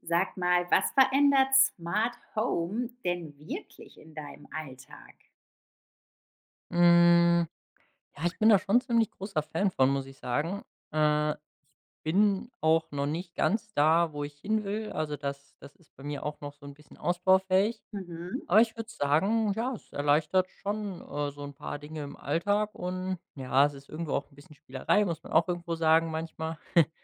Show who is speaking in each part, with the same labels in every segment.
Speaker 1: Sag mal, was verändert Smart Home denn wirklich in deinem Alltag?
Speaker 2: Hm, ja, ich bin da schon ziemlich großer Fan von, muss ich sagen. Äh, Bin auch noch nicht ganz da, wo ich hin will. Also das ist bei mir auch noch so ein bisschen ausbaufähig.
Speaker 1: Mhm.
Speaker 2: Aber ich würde sagen, ja, es erleichtert schon, so ein paar Dinge im Alltag und ja, es ist irgendwo auch ein bisschen Spielerei, muss man auch irgendwo sagen manchmal.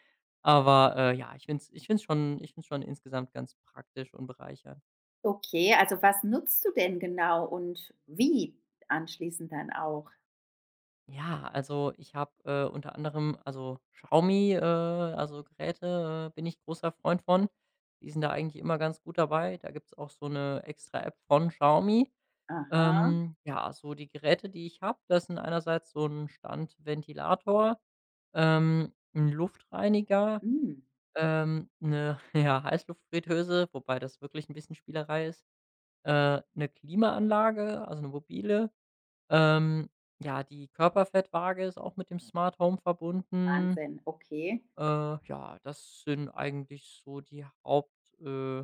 Speaker 2: Aber, ja, ich find's schon insgesamt ganz praktisch und bereichernd.
Speaker 1: Okay, also was nutzt du denn genau und wie anschließend dann auch?
Speaker 2: Ja, also ich habe, unter anderem also Xiaomi, also Geräte, bin ich großer Freund von. Die sind da eigentlich immer ganz gut dabei. Da gibt's auch so eine extra App von Xiaomi.
Speaker 1: Aha,
Speaker 2: Ja, so die Geräte, die ich habe, das sind einerseits so ein Standventilator, 'n Luftreiniger,
Speaker 1: mm,
Speaker 2: 'ne, ja, Heißluftfritteuse, wobei das wirklich ein bisschen Spielerei ist, 'ne Klimaanlage, also eine mobile. ähm, ja, die Körperfettwaage ist auch mit dem Smart Home verbunden.
Speaker 1: Wahnsinn, okay.
Speaker 2: Äh, ja, das sind eigentlich so die Haupt äh,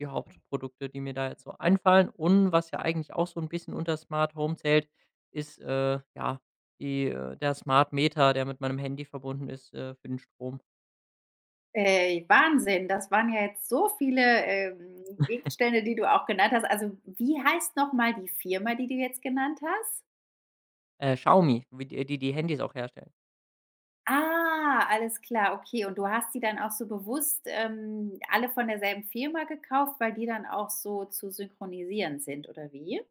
Speaker 2: die Hauptprodukte, die mir da jetzt so einfallen. Und was ja eigentlich auch so ein bisschen unter Smart Home zählt, ist, ja, die der Smart Meter, der mit meinem Handy verbunden ist, für den Strom.
Speaker 1: Wahnsinn, das waren ja jetzt so viele Gegenstände, die du auch genannt hast. Also wie heißt nochmal die Firma, die du jetzt genannt hast?
Speaker 2: Xiaomi, wie die Handys auch herstellen.
Speaker 1: Ah, alles klar, okay. Und du hast die dann auch so bewusst, alle von derselben Firma gekauft, weil die dann auch so zu synchronisieren sind, oder wie?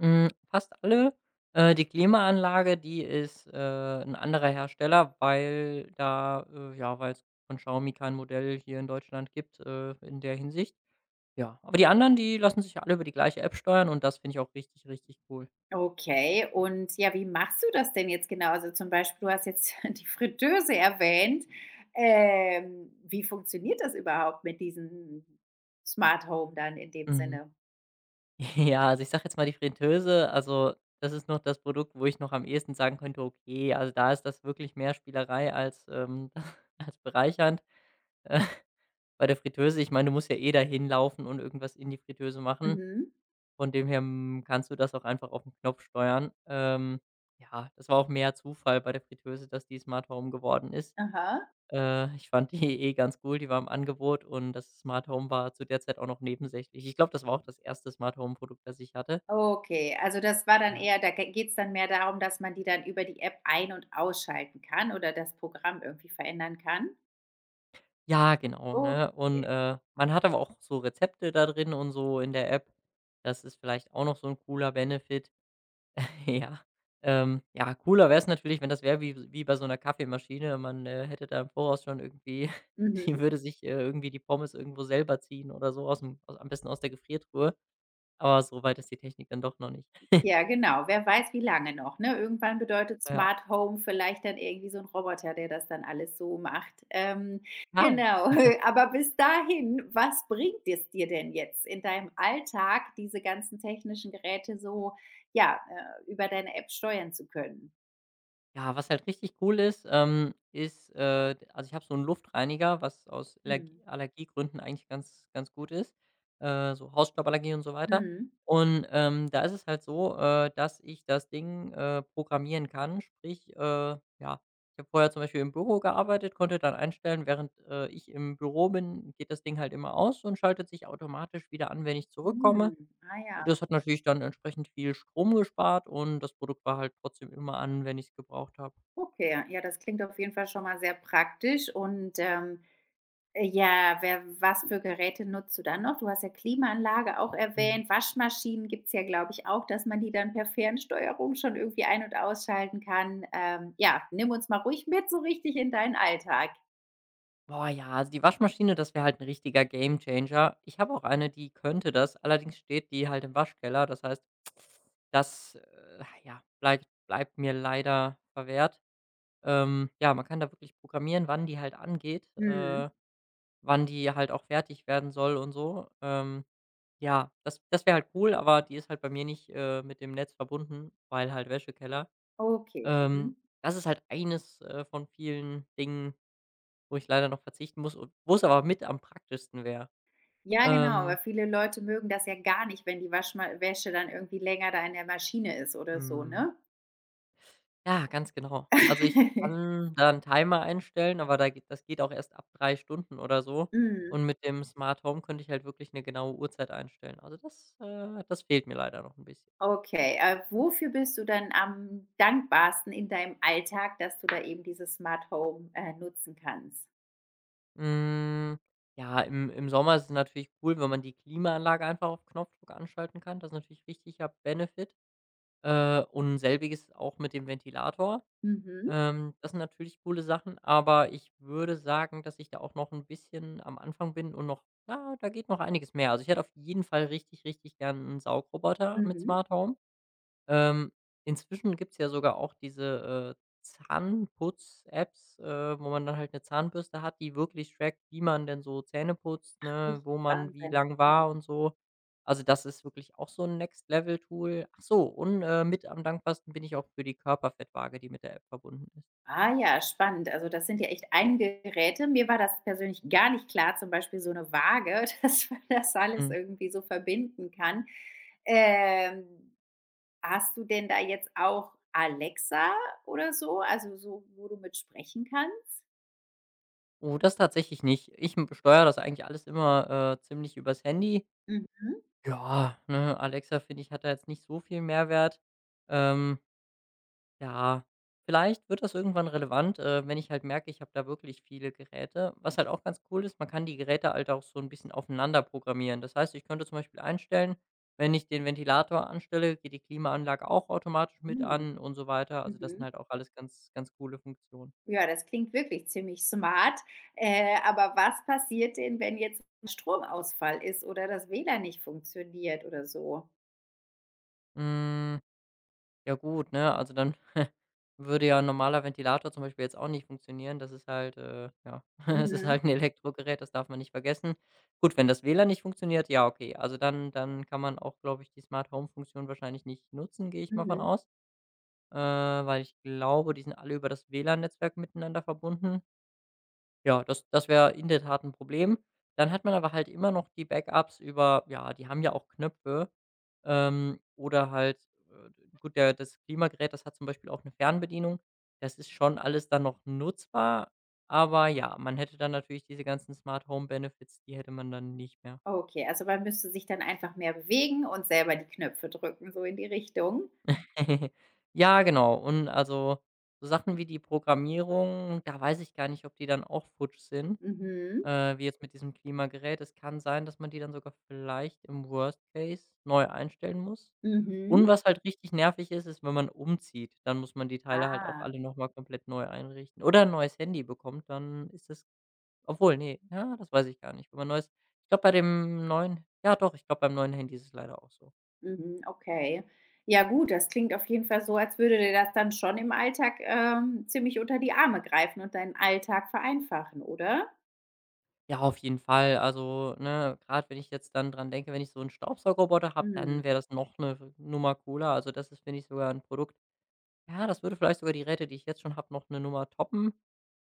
Speaker 2: Fast alle. Die Klimaanlage, die ist, 'n anderer Hersteller, weil da ja, weil es von Xiaomi kein Modell hier in Deutschland gibt, in der Hinsicht. Ja, aber die anderen, die lassen sich ja alle über die gleiche App steuern und das finde ich auch richtig, richtig cool.
Speaker 1: Okay, und ja, wie machst du das denn jetzt genau? Also zum Beispiel, du hast jetzt die Fritteuse erwähnt. Wie funktioniert das überhaupt mit diesem Smart Home dann in dem
Speaker 2: Mhm.
Speaker 1: Sinne?
Speaker 2: Ja, also, ich sage jetzt mal die Fritteuse, also, das ist noch das Produkt, wo ich noch am ehesten sagen könnte: „Okay, also, da ist das wirklich mehr Spielerei als, als bereichernd.“ Äh, bei der Fritteuse, ich meine, du musst ja eh da hinlaufen und irgendwas in die Fritteuse machen.
Speaker 1: Mhm.
Speaker 2: Von dem her, kannst du das auch einfach auf den Knopf steuern. Ja, das war auch mehr Zufall bei der Fritteuse, dass die Smart Home geworden ist.
Speaker 1: Aha.
Speaker 2: Ich fand die eh ganz cool, die war im Angebot und das Smart Home war zu der Zeit auch noch nebensächlich. Ich glaube, das war auch das erste Smart Home Produkt, das ich hatte.
Speaker 1: Okay, also das war dann
Speaker 2: Ja.
Speaker 1: eher da geht es dann mehr darum, dass man die dann über die App ein und ausschalten kann oder das Programm irgendwie verändern kann?
Speaker 2: Ja, genau, ne? Und,
Speaker 1: Okay.
Speaker 2: man hat aber auch so Rezepte da drin und so in der App. Das ist vielleicht auch noch so ein cooler Benefit. Ja. Ja, cooler wäre es natürlich, wenn das wäre wie bei so einer Kaffeemaschine. Man, hätte da im Voraus schon irgendwie die
Speaker 1: Mhm.
Speaker 2: würde sich, irgendwie die Pommes irgendwo selber ziehen oder so aus'm au am besten aus der Gefriertruhe, aber so weit ist die Technik dann doch noch nicht.
Speaker 1: Ja, genau. Wer weiß, wie lange noch, ne? Irgendwann bedeutet
Speaker 2: Ja.
Speaker 1: Smart Home vielleicht dann irgendwie so ein Roboter, der das dann alles so macht. Ähm,
Speaker 2: Ah.
Speaker 1: genau. Aber bis dahin, was bringt es dir denn jetzt in deinem Alltag, diese ganzen technischen Geräte so, ja, über deine App steuern zu können?
Speaker 2: Ja, was halt richtig cool ist, ist, also, ich habe so einen Luftreiniger, was aus
Speaker 1: Mhm.
Speaker 2: Allergiegründen eigentlich ganz ganz gut ist, so Hausstauballergie und so weiter.
Speaker 1: Mhm.
Speaker 2: Und, da ist es halt so, dass ich das Ding, programmieren kann. Sprich, ja, ich habe vorher zum Beispiel im Büro gearbeitet, konnte dann einstellen, während, ich im Büro bin, geht das Ding halt immer aus und schaltet sich automatisch wieder an, wenn ich zurückkomme.
Speaker 1: Mhm. Ah ja.
Speaker 2: Das hat natürlich dann entsprechend viel Strom gespart und das Produkt war halt trotzdem immer an, wenn ich es gebraucht habe.
Speaker 1: Okay, ja, das klingt auf jeden Fall schon mal sehr praktisch und, ja, wer was für Geräte nutzt du dann noch? Du hast ja Klimaanlage auch
Speaker 2: Mhm.
Speaker 1: erwähnt, Waschmaschinen gibt's ja, glaube ich, auch, dass man die dann per Fernsteuerung schon irgendwie ein und ausschalten kann. Ja, nimm uns mal ruhig mit so richtig in deinen Alltag.
Speaker 2: Boah, ja, also die Waschmaschine, das wäre halt 'n richtiger Gamechanger. Ich habe auch eine, die könnte das, allerdings steht die halt im Waschkeller. Das heißt, das, ja, bleibt mir leider verwehrt. Ja, man kann da wirklich programmieren, wann die halt angeht,
Speaker 1: Mhm.
Speaker 2: wann die halt auch fertig werden soll und so. Ja, das wäre halt cool, aber die ist halt bei mir nicht, mit dem Netz verbunden, weil halt Wäschekeller.
Speaker 1: Okay,
Speaker 2: Ähm,
Speaker 1: mhm.
Speaker 2: das ist halt eines, von vielen Dingen wo ich leider noch verzichten muss und wo es aber mit am praktischsten wäre.
Speaker 1: Ja, genau,
Speaker 2: Ähm,
Speaker 1: aber viele Leute mögen das ja gar nicht, wenn die Waschma Wäsche dann irgendwie länger da in der Maschine ist oder so,
Speaker 2: hm,
Speaker 1: ne?
Speaker 2: ja, ganz genau. Also, ich kann da 'n Timer einstellen, aber da geht das geht auch erst ab 3 Stunden oder so.
Speaker 1: Mhm.
Speaker 2: Und mit dem Smart Home könnte ich halt wirklich 'ne genaue Uhrzeit einstellen. Also, das fehlt mir leider noch 'n bisschen.
Speaker 1: Okay, wofür bist du dann am dankbarsten in deinem Alltag, dass du da eben dieses Smart Home, nutzen kannst?
Speaker 2: Hm, ja, im Sommer ist es natürlich cool, wenn man die Klimaanlage einfach auf Knopfdruck anschalten kann. Das ist natürlich richtiger Benefit. Und selbiges auch mit dem Ventilator.
Speaker 1: Mhm,
Speaker 2: Das sind natürlich coole Sachen, aber ich würde sagen, dass ich da auch noch ein bisschen am Anfang bin und da geht noch einiges mehr. Also, ich hätte auf jeden Fall richtig, richtig gern einen Saugroboter mit
Speaker 1: mhm.
Speaker 2: Smart Home. Ähm, inzwischen gibt's ja sogar auch diese, Zahnputz-Apps, wo man dann halt eine Zahnbürste hat, die wirklich trackt, wie man denn so Zähne putzt, ne,
Speaker 1: Echt
Speaker 2: wo man wie
Speaker 1: Wahnsinn.
Speaker 2: lang
Speaker 1: Mhm.
Speaker 2: war und so. Also, das ist wirklich auch so ein Next Level Tool. Ach so, und, mit am dankbarsten bin ich auch für die Körperfettwaage, die mit der App verbunden ist.
Speaker 1: Ah ja, spannend. Also, das sind ja echt einige Geräte. Mir war das persönlich gar nicht klar, zum Beispiel so eine Waage, dass man das alles
Speaker 2: Mhm.
Speaker 1: irgendwie so verbinden kann. Ähm, hast du denn da jetzt auch Alexa oder so, also so, wo du mit sprechen kannst?
Speaker 2: Oh, das tatsächlich nicht. Ich m steuere das eigentlich alles immer, ziemlich übers Handy.
Speaker 1: Mhm,
Speaker 2: Ja, ne, Alexa, finde ich, hat da jetzt nicht so viel Mehrwert. Ähm, ja, vielleicht wird das irgendwann relevant, wenn ich halt merke, ich habe da wirklich viele Geräte. Was halt auch ganz cool ist, man kann die Geräte halt auch so 'n bisschen aufeinander programmieren. Das heißt, ich könnte zum Beispiel einstellen, wenn ich den Ventilator anstelle, geht die Klimaanlage auch automatisch mit
Speaker 1: mhm,
Speaker 2: an und so weiter. Also, das sind
Speaker 1: mhm.
Speaker 2: halt auch alles ganz, ganz coole Funktionen.
Speaker 1: Ja, das klingt wirklich ziemlich smart. Aber was passiert denn, wenn jetzt 'n Stromausfall ist oder das WLAN nicht funktioniert oder so?
Speaker 2: Hm. Ja gut, ne? Also dann würde ja 'n normaler Ventilator zum Beispiel jetzt auch nicht funktionieren. Das ist halt, ja es ist
Speaker 1: Mhm,
Speaker 2: halt ein Elektrogerät, das darf man nicht vergessen. Gut, wenn das WLAN nicht funktioniert, ja okay. Also dann kann man auch, glaube ich, die Smart Home Funktion wahrscheinlich nicht nutzen, gehe ich mal von
Speaker 1: mhm.
Speaker 2: aus, weil ich glaube, die sind alle über das WLAN-Netzwerk miteinander verbunden. Ja, das wäre in der Tat ein Problem. Dann hat man aber halt immer noch die Backups über ja, die haben ja auch Knöpfe, oder halt, äh, gut, der das Klimagerät, das hat zum Beispiel auch eine Fernbedienung. Das ist schon alles dann noch nutzbar, aber ja, man hätte dann natürlich diese ganzen Smart Home Benefits, die hätte man dann nicht mehr.
Speaker 1: Okay, also man müsste sich dann einfach mehr bewegen und selber die Knöpfe drücken, so in die Richtung.
Speaker 2: Ja, genau. Und also, so Sachen wie die Programmierung, da weiß ich gar nicht, ob die dann auch futsch sind.
Speaker 1: Mhm,
Speaker 2: Wie jetzt mit diesem Klimagerät. Es kann sein, dass man die dann sogar vielleicht im Worst Case neu einstellen muss. Und
Speaker 1: mhm.
Speaker 2: was halt richtig nervig ist, ist, wenn man umzieht, dann muss man die Teile halt auch
Speaker 1: Ah,
Speaker 2: alle noch mal komplett neu einrichten. Oder ein neues Handy bekommt, dann ist das obwohl, nee ja, das weiß ich gar nicht. Wenn man neues Ich glaube, bei dem neuen ja doch, ich glaube, beim neuen Handy ist es leider auch so.
Speaker 1: mhm, okay. Ja gut, das klingt auf jeden Fall so, als würde dir das dann schon im Alltag, ziemlich unter die Arme greifen und deinen Alltag vereinfachen, oder?
Speaker 2: Ja, auf jeden Fall. Also, ne, grad wenn ich jetzt dann dran denke, wenn ich so einen Staubsaugerroboter habe,
Speaker 1: Mhm,
Speaker 2: dann wäre das noch eine Nummer cooler. Also, das ist, finde ich, sogar ein Produkt. Ja, das würde vielleicht sogar die Räte die ich jetzt schon habe, noch eine Nummer toppen.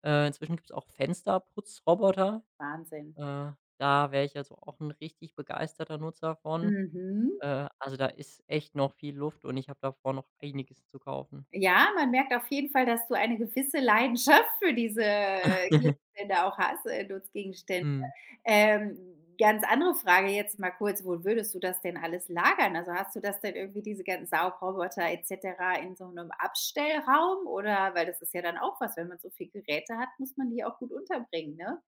Speaker 2: Inzwischen gibt es auch Fensterputzroboter.
Speaker 1: Wahnsinn.
Speaker 2: Äh, da wäre ich also auch ein richtig begeisterter Nutzer von.
Speaker 1: Mhm.
Speaker 2: Also, da ist echt noch viel Luft und ich habe da vor, noch einiges zu kaufen.
Speaker 1: Ja, man merkt auf jeden Fall, dass du eine gewisse Leidenschaft für diese Gegenstände auch hast, Nutzgegenstände.
Speaker 2: Mhm.
Speaker 1: Ganz andere Frage jetzt mal kurz, wo würdest du das denn alles lagern? Also, hast du das denn irgendwie diese ganzen Saugroboter et cetera in so einem Abstellraum oder weil das ist ja dann auch was, wenn man so viel Geräte hat, muss man die auch gut unterbringen, ne?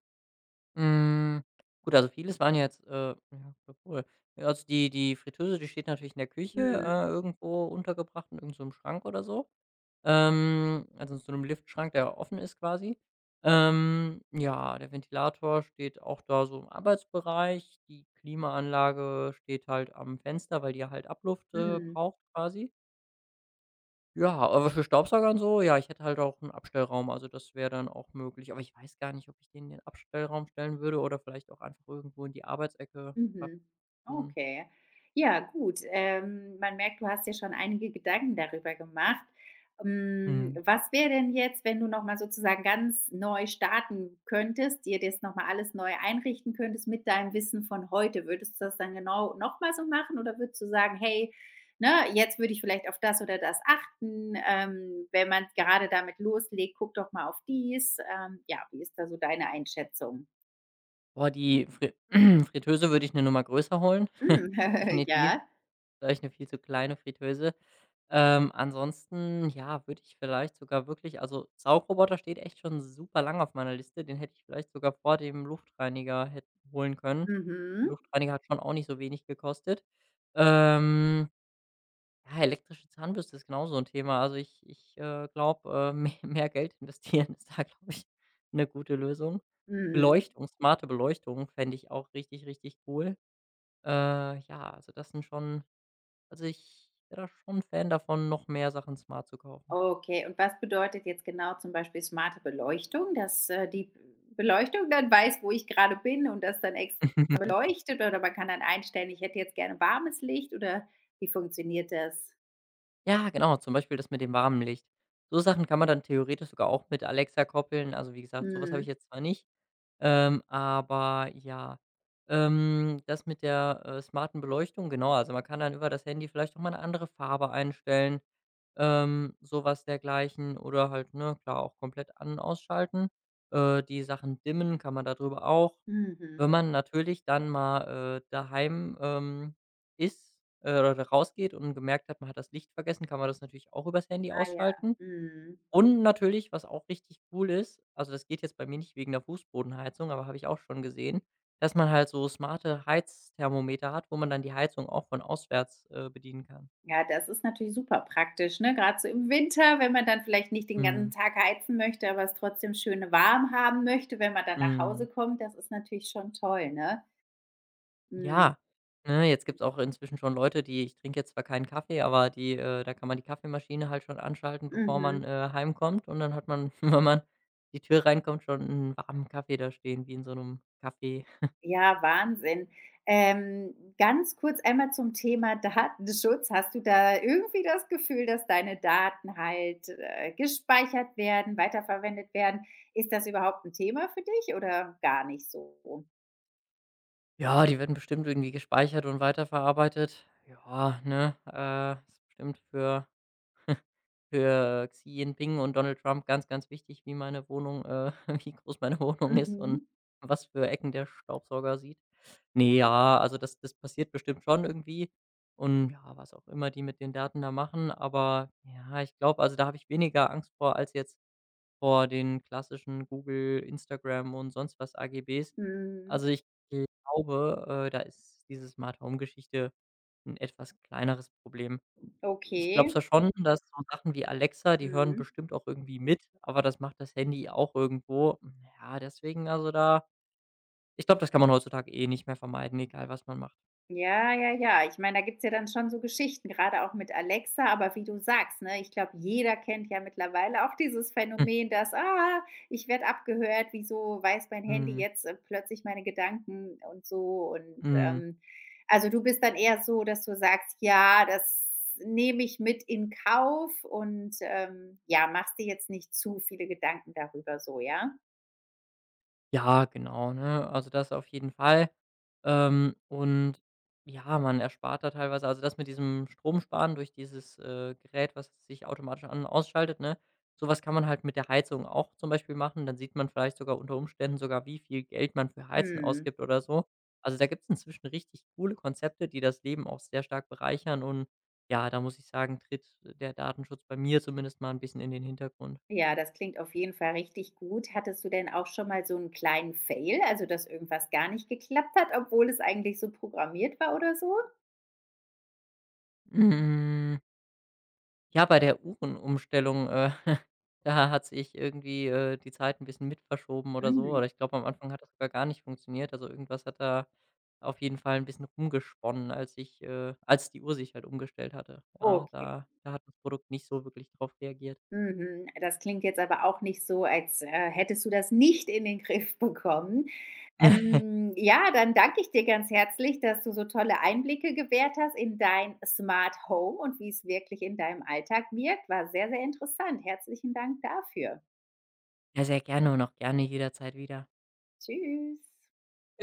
Speaker 2: Mm, gut, also vieles waren ja jetzt, obwohl ja, cool. Also die Fritteuse, die steht natürlich in der Küche,
Speaker 1: Mhm,
Speaker 2: irgendwo untergebracht in irgendeinem Schrank oder so. Also in so einem Liftschrank, der offen ist quasi. Ja, der Ventilator steht auch da so im Arbeitsbereich. Die Klimaanlage steht halt am Fenster, weil die ja halt Abluft,
Speaker 1: mhm.
Speaker 2: braucht quasi. Ja, aber für Staubsauger und so, ja, ich hätte halt auch einen Abstellraum, also das wäre dann auch möglich. Aber ich weiß gar nicht, ob ich den in den Abstellraum stellen würde oder vielleicht auch einfach irgendwo in die Arbeitsecke. Ab
Speaker 1: Mhm.
Speaker 2: hm.
Speaker 1: Okay. Ja, gut. Man merkt, du hast dir schon einige Gedanken darüber gemacht. Hm,
Speaker 2: Mhm.
Speaker 1: was wäre denn jetzt, wenn du noch mal sozusagen ganz neu starten könntest, dir das noch mal alles neu einrichten könntest mit deinem Wissen von heute? Würdest du das dann genau noch mal so machen oder würdest du sagen: „Hey, ne, jetzt würde ich vielleicht auf das oder das achten. Wenn man gerade damit loslegt, guck doch mal auf dies.“ Ja, wie ist da so deine Einschätzung?
Speaker 2: Boah, die Fri Fritteuse würde ich 'ne Nummer größer holen,
Speaker 1: Hm,
Speaker 2: definitiv.
Speaker 1: ja.
Speaker 2: Vielleicht 'ne viel zu kleine Fritteuse. Ansonsten, ja, würde ich vielleicht sogar wirklich also, Saugroboter steht echt schon super lang auf meiner Liste. Den hätte ich vielleicht sogar vor dem Luftreiniger hätt holen können. Der
Speaker 1: Mhm.
Speaker 2: Luftreiniger hat schon auch nicht so wenig gekostet. Ähm, ja, elektrische Zahnbürste ist genau so 'n Thema. Also, ich glaube, me mehr Geld investieren ist da, glaube ich, eine gute Lösung.
Speaker 1: Mhm.
Speaker 2: Beleuchtung, smarte Beleuchtung fände ich auch richtig, richtig cool. Ja, also das sind schon also, ich wäre da schon Fan davon, noch mehr Sachen smart zu kaufen.
Speaker 1: Okay, und was bedeutet jetzt genau zum Beispiel smarte Beleuchtung, dass, die Beleuchtung dann weiß, wo ich gerade bin und das dann extra beleuchtet oder man kann dann einstellen, ich hätte jetzt gerne warmes Licht oder wie funktioniert das?
Speaker 2: Ja, genau, zum Beispiel das mit dem warmen Licht. So Sachen kann man dann theoretisch sogar auch mit Alexa koppeln. Also, wie gesagt, so was habe ich
Speaker 1: Mhm.
Speaker 2: jetzt zwar nicht, aber ja. Das mit der, smarten Beleuchtung, genau, also man kann dann über das Handy vielleicht auch mal eine andere Farbe einstellen, so dergleichen oder halt, ne, klar auch komplett an und ausschalten. Die Sachen dimmen kann man darüber auch. Wenn
Speaker 1: Mhm.
Speaker 2: man natürlich dann mal, daheim, ist oder rausgeht und gemerkt hat, man hat das Licht vergessen, kann man das natürlich auch übers Handy
Speaker 1: Ah ja.
Speaker 2: ausschalten.
Speaker 1: Mhm.
Speaker 2: Und natürlich, was auch richtig cool ist, also das geht jetzt bei mir nicht wegen der Fußbodenheizung, aber habe ich auch schon gesehen, dass man halt so smarte Heizthermometer hat, wo man dann die Heizung auch von auswärts, bedienen kann.
Speaker 1: Ja, das ist natürlich super praktisch, ne? Gerade so im Winter, wenn man dann vielleicht nicht den ganzen
Speaker 2: Mhm.
Speaker 1: Tag heizen möchte, aber es trotzdem schön warm haben möchte, wenn man dann nach
Speaker 2: Mhm.
Speaker 1: Hause kommt, das ist natürlich schon toll, ne? Mhm.
Speaker 2: Ja, ne, jetzt gibt's auch inzwischen schon Leute, die ich trinke jetzt zwar keinen Kaffee, aber die da kann man die Kaffeemaschine halt schon anschalten, bevor
Speaker 1: Mhm.
Speaker 2: man, heimkommt und dann hat man, wenn man die Tür reinkommt, schon einen warmen Kaffee da stehen, wie in so einem Kaffee.
Speaker 1: Ja, Wahnsinn. Ganz kurz einmal zum Thema Datenschutz. Hast du da irgendwie das Gefühl, dass deine Daten halt, gespeichert werden, weiterverwendet werden? Ist das überhaupt ein Thema für dich oder gar nicht so?
Speaker 2: Ja, die werden bestimmt irgendwie gespeichert und weiterverarbeitet. Ja, ne, ist bestimmt für Xi Jinping und Donald Trump ganz, ganz wichtig, wie meine Wohnung wie groß meine Wohnung ist und
Speaker 1: Mhm.
Speaker 2: was für Ecken der Staubsauger sieht. Ne, ja, also das passiert bestimmt schon irgendwie und ja, was auch immer die mit den Daten da machen, aber ja, ich glaube, also da habe ich weniger Angst vor als jetzt vor den klassischen Google, Instagram und sonst was AGBs.
Speaker 1: Mhm.
Speaker 2: Also, ich glaube, da ist diese Smart-Home-Geschichte ein etwas kleineres Problem. Ich glaube
Speaker 1: Okay.
Speaker 2: zwar schon, dass so Sachen wie Alexa, die hören
Speaker 1: Mhm.
Speaker 2: bestimmt auch irgendwie mit, aber das macht das Handy auch irgendwo. Ja, deswegen also da ich glaube, das kann man heutzutage eh nicht mehr vermeiden, egal was man macht.
Speaker 1: Ja, ja, ja. Ich meine, da gibt's ja dann schon so Geschichten, gerade auch mit Alexa, aber wie du sagst, ne, ich glaube, jeder kennt ja mittlerweile auch dieses
Speaker 2: Hm,
Speaker 1: Phänomen, dass: „Ah, ich werde abgehört. Wieso weiß mein Handy
Speaker 2: mhm,
Speaker 1: jetzt, plötzlich meine Gedanken?“ und so und,
Speaker 2: mhm.
Speaker 1: ähm, also, du bist dann eher so, dass du sagst: „Ja, das nehme ich mit in Kauf“ und, ja, machst dir jetzt nicht zu viele Gedanken darüber so, ja?
Speaker 2: Ja, genau, ne? Also, das auf jeden Fall. Und ja, man erspart da teilweise also, das mit diesem Stromsparen durch dieses, Gerät, was sich automatisch an und ausschaltet, ne? Sowas kann man halt mit der Heizung auch zum Beispiel machen. Dann sieht man vielleicht sogar unter Umständen sogar, wie viel Geld man für Heizen
Speaker 1: Mhm.
Speaker 2: ausgibt oder so. Also, da gibt's inzwischen richtig coole Konzepte, die das Leben auch sehr stark bereichern und ja, da muss ich sagen, tritt der Datenschutz bei mir zumindest mal ein bisschen in den Hintergrund.
Speaker 1: Ja, das klingt auf jeden Fall richtig gut. Hattest du denn auch schon mal so einen kleinen Fail, also dass irgendwas gar nicht geklappt hat, obwohl es eigentlich so programmiert war oder so?
Speaker 2: Mm. Ja, bei der Uhrenumstellung, da hat sich irgendwie, die Zeit ein bisschen mit verschoben oder so.
Speaker 1: Mhm,
Speaker 2: Oder ich glaube, am Anfang hat das sogar gar nicht funktioniert. Also, irgendwas hat da auf jeden Fall ein bisschen rumgesponnen, als ich als die Uhr sich halt umgestellt hatte. Ja,
Speaker 1: okay.
Speaker 2: da hat das Produkt nicht so wirklich drauf reagiert.
Speaker 1: Mhm. Das klingt jetzt aber auch nicht so, als, hättest du das nicht in den Griff bekommen. Ja, dann danke ich dir ganz herzlich, dass du so tolle Einblicke gewährt hast in dein Smart Home und wie es wirklich in deinem Alltag wirkt. War sehr, sehr interessant. Herzlichen Dank dafür.
Speaker 2: Ja, sehr gerne und auch gerne jederzeit wieder.
Speaker 1: Tschüss.